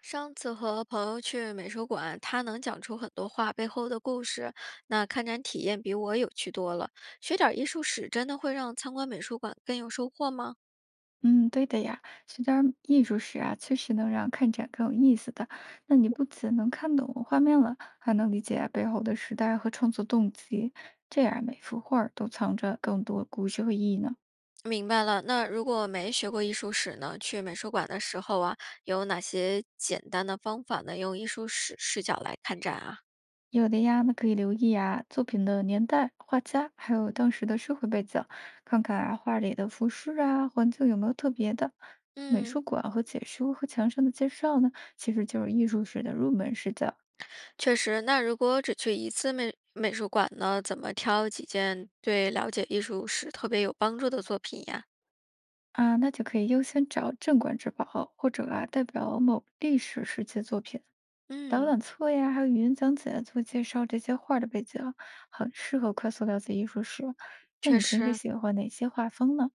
上次和朋友去美术馆，他能讲出很多画背后的故事，那看展体验比我有趣多了。学点儿艺术史真的会让参观美术馆更有收获吗？嗯，对的呀，学点儿艺术史啊，确实能让看展更有意思的。那你不仅能看懂画面了，还能理解背后的时代和创作动机，这样每幅画儿都藏着更多故事和意义呢。明白了，那如果没学过艺术史呢，去美术馆的时候啊，有哪些简单的方法呢？用艺术史视角来看展啊？有的呀，那可以留意啊作品的年代、画家，还有当时的社会背景，看看啊画里的服饰啊、环境有没有特别的。美嗯，术馆和解说和墙上的介绍呢，其实就是艺术史的入门视角。确实。那如果只去一次美术馆呢，怎么挑几件对了解艺术史特别有帮助的作品呀？啊，那就可以优先找镇馆之宝，或者啊代表某历史时期作品、导嗯，览册呀，还有语音讲解做介绍这些画儿的背景，很适合快速了解艺术史。那确你平时实。喜欢哪些画风呢？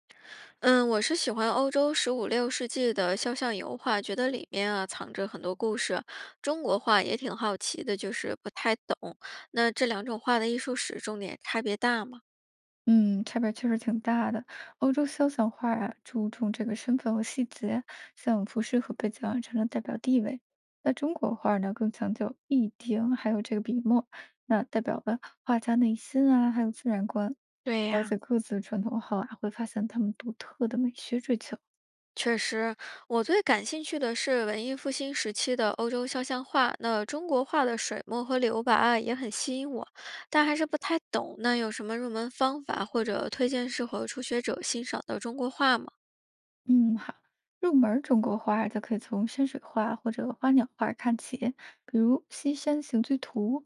嗯，我是喜欢欧洲十五六世纪的肖像油画，觉得里面啊藏着很多故事。中国画也挺好奇的，就是不太懂。那这两种画的艺术史重点差别大吗？嗯，差别确实挺大的。欧洲肖像画啊，注重这个身份和细节，像服饰和背景啊，常常代表地位。那中国画呢，更强调意境，还有这个笔墨，那代表了画家内心啊，还有自然观。对了呀、解各自传统后啊，会发现他们独特的美学追求。确实，我最感兴趣的是文艺复兴时期的欧洲肖像画。那中国画的水墨和留白啊也很吸引我，但还是不太懂。那有什么入门方法或者推荐适合初学者欣赏的中国画吗？嗯，好。入门儿中国画儿，则可以从山水画或者花鸟画儿看起，比如《西山行居图》，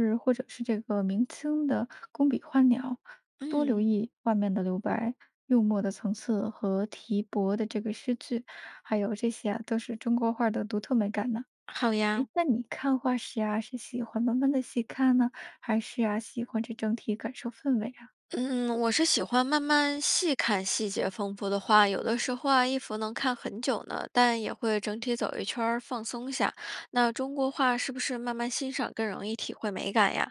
是或者是这个明清的工笔花鸟，多留嗯，意画面的留白、用墨的层次和提笔的这个诗句，还有这些啊，都是中国画儿的独特美感呢。好诶，呀。那你看画时啊，是喜欢慢慢的细看呢，还是啊喜欢这整体感受氛围啊？嗯，我是喜欢慢慢细看细节丰富的话，有的时候啊，一幅能看很久呢，但也会整体走一圈儿放松下。那中国画是不是慢慢欣赏更容易体会美感呀？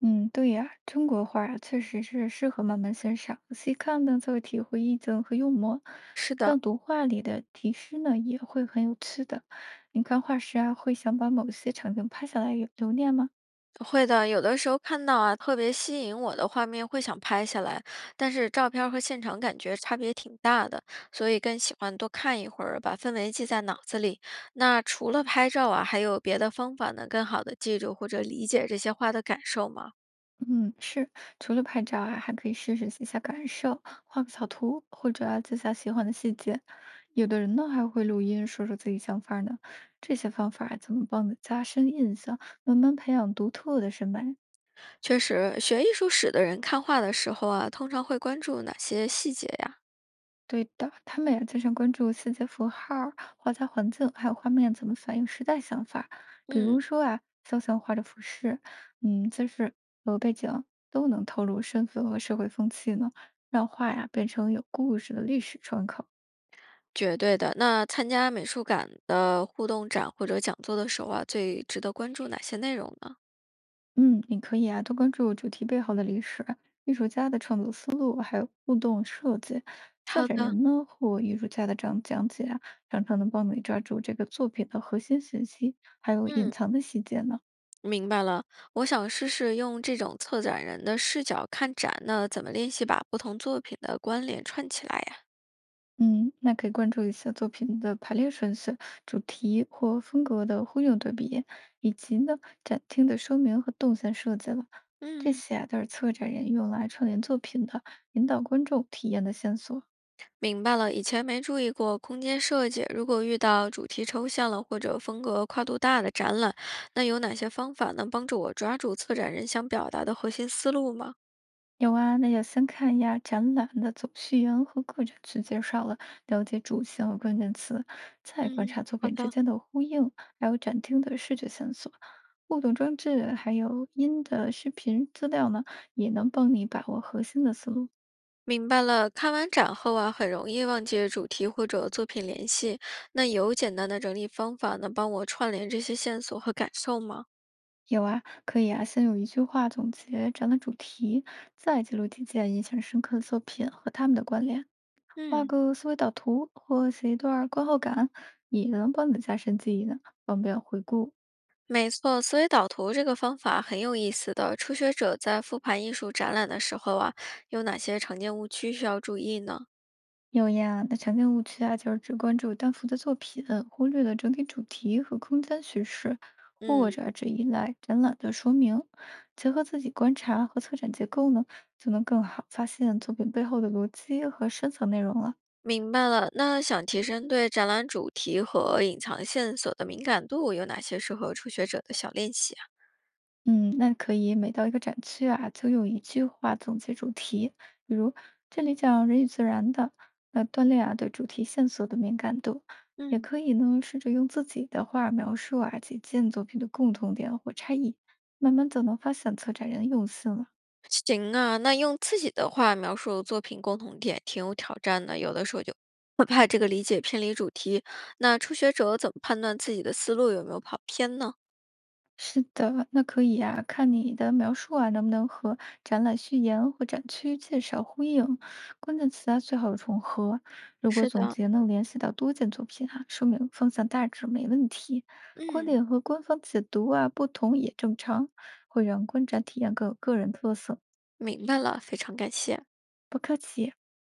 嗯，对呀，中国画儿啊，确实是适合慢慢欣赏，细看呢才会体会意境和幽默。是的，像读画里的题诗呢，也会很有趣的。你看画时啊，会想把某些场景拍下来留留念吗？会的，有的时候看到啊，特别吸引我的画面会想拍下来，但是照片儿和现场感觉差别挺大的，所以更喜欢多看一会儿，把氛围记在脑子里。那除了拍照啊，还有别的方法能更好的记住或者理解这些画的感受吗？嗯，是。除了拍照啊，还可以试试写下感受，画个小图，或者啊记下喜欢的细节。有的人呢还会录音，说说自己想法呢。这些方法怎么帮你加深印象，慢慢培养独特的审美？确实，学艺术史的人看画的时候啊，通常会关注哪些细节呀？对的，他们呀经常关注细节符号儿画家环境，还有画面怎么反映时代想法。比如嗯，说啊，肖像画的服饰、嗯，姿势和背景都能透露身份和社会风气呢，让画呀变成有故事的历史窗口。绝对的。那参加美术馆的互动展或者讲座的时候啊，最值得关注哪些内容呢？嗯，你可以啊多关注主题背后的历史、艺术家的创作思路，还有互动设计。策好展的，人呢或艺术家的讲解啊，常常能帮你抓住这个作品的核心信息，还有隐嗯，藏的细节呢。明白了。我想试试用这种策展人的视角看展，那怎么练习把不同作品的关联串起来呀？嗯，那可以关注一下作品的排列顺序、主题或风格的呼应对比，以及呢展厅的说明和动线设计了。这嗯，些啊都是策展人用来串联作品的，引导观众体验的线索。明白了，以前没注意过空间设计。如果遇到主题抽象了或者风格跨度大的展览，那有哪些方法能帮助我抓住策展人想表达的核心思路吗？有啊，那要先看一下展览的总序言和个展区介绍了，了解主线和关键词，再观嗯，察作好品之的，间的呼应，还有展厅的视觉线索、互动装置，还有音的视频资料呢，也能帮你把握核心的思路。明白了，看完展后啊，很容易忘记主题或者作品联系。那有简单的整理方法能帮我串联这些线索和感受吗？有啊，可以啊，先用一句话总结展览主题，再记录几件印象深刻的作品和他们的关联，画嗯，个思维导图或写一段观后感，也能帮你加深记忆呢，方便回顾。没错，思维导图这个方法很有意思的。初学者在复盘艺术展览的时候啊，有哪些常见误区需要注意呢？有呀，那常见误区啊，就是只关注单幅的作品，忽略了整体主题和空间叙事，嗯，或者只依赖展览的说明，结合自己观察和策展结构呢，就能更好发现作品背后的逻辑和深层内容了。明白了。那想提升对展览主题和隐藏线索的敏感度，有哪些适合初学者的小练习啊？嗯，那可以每到一个展区啊，就用一句话总结主题，比如这里讲人与自然的，那锻炼啊对主题线索的敏感度，也嗯，可以呢试着用自己的话描述啊几件作品的共同点或差异，慢慢就能发现策展人用心了。行啊。那用自己的话描述作品共同点，挺有挑战的。有的时候就会怕这个理解偏离主题。那初学者怎么判断自己的思路有没有跑偏呢？是的，那可以啊。看你的描述啊，能不能和展览序言或展区介绍呼应，关键词啊最好重合。如果是总的，结能联系到多件作品啊，说明方向大致没问题。观嗯，点和官方解读啊不同也正常，会让观展体验更有个人特色。明白了，非常感谢。不客气。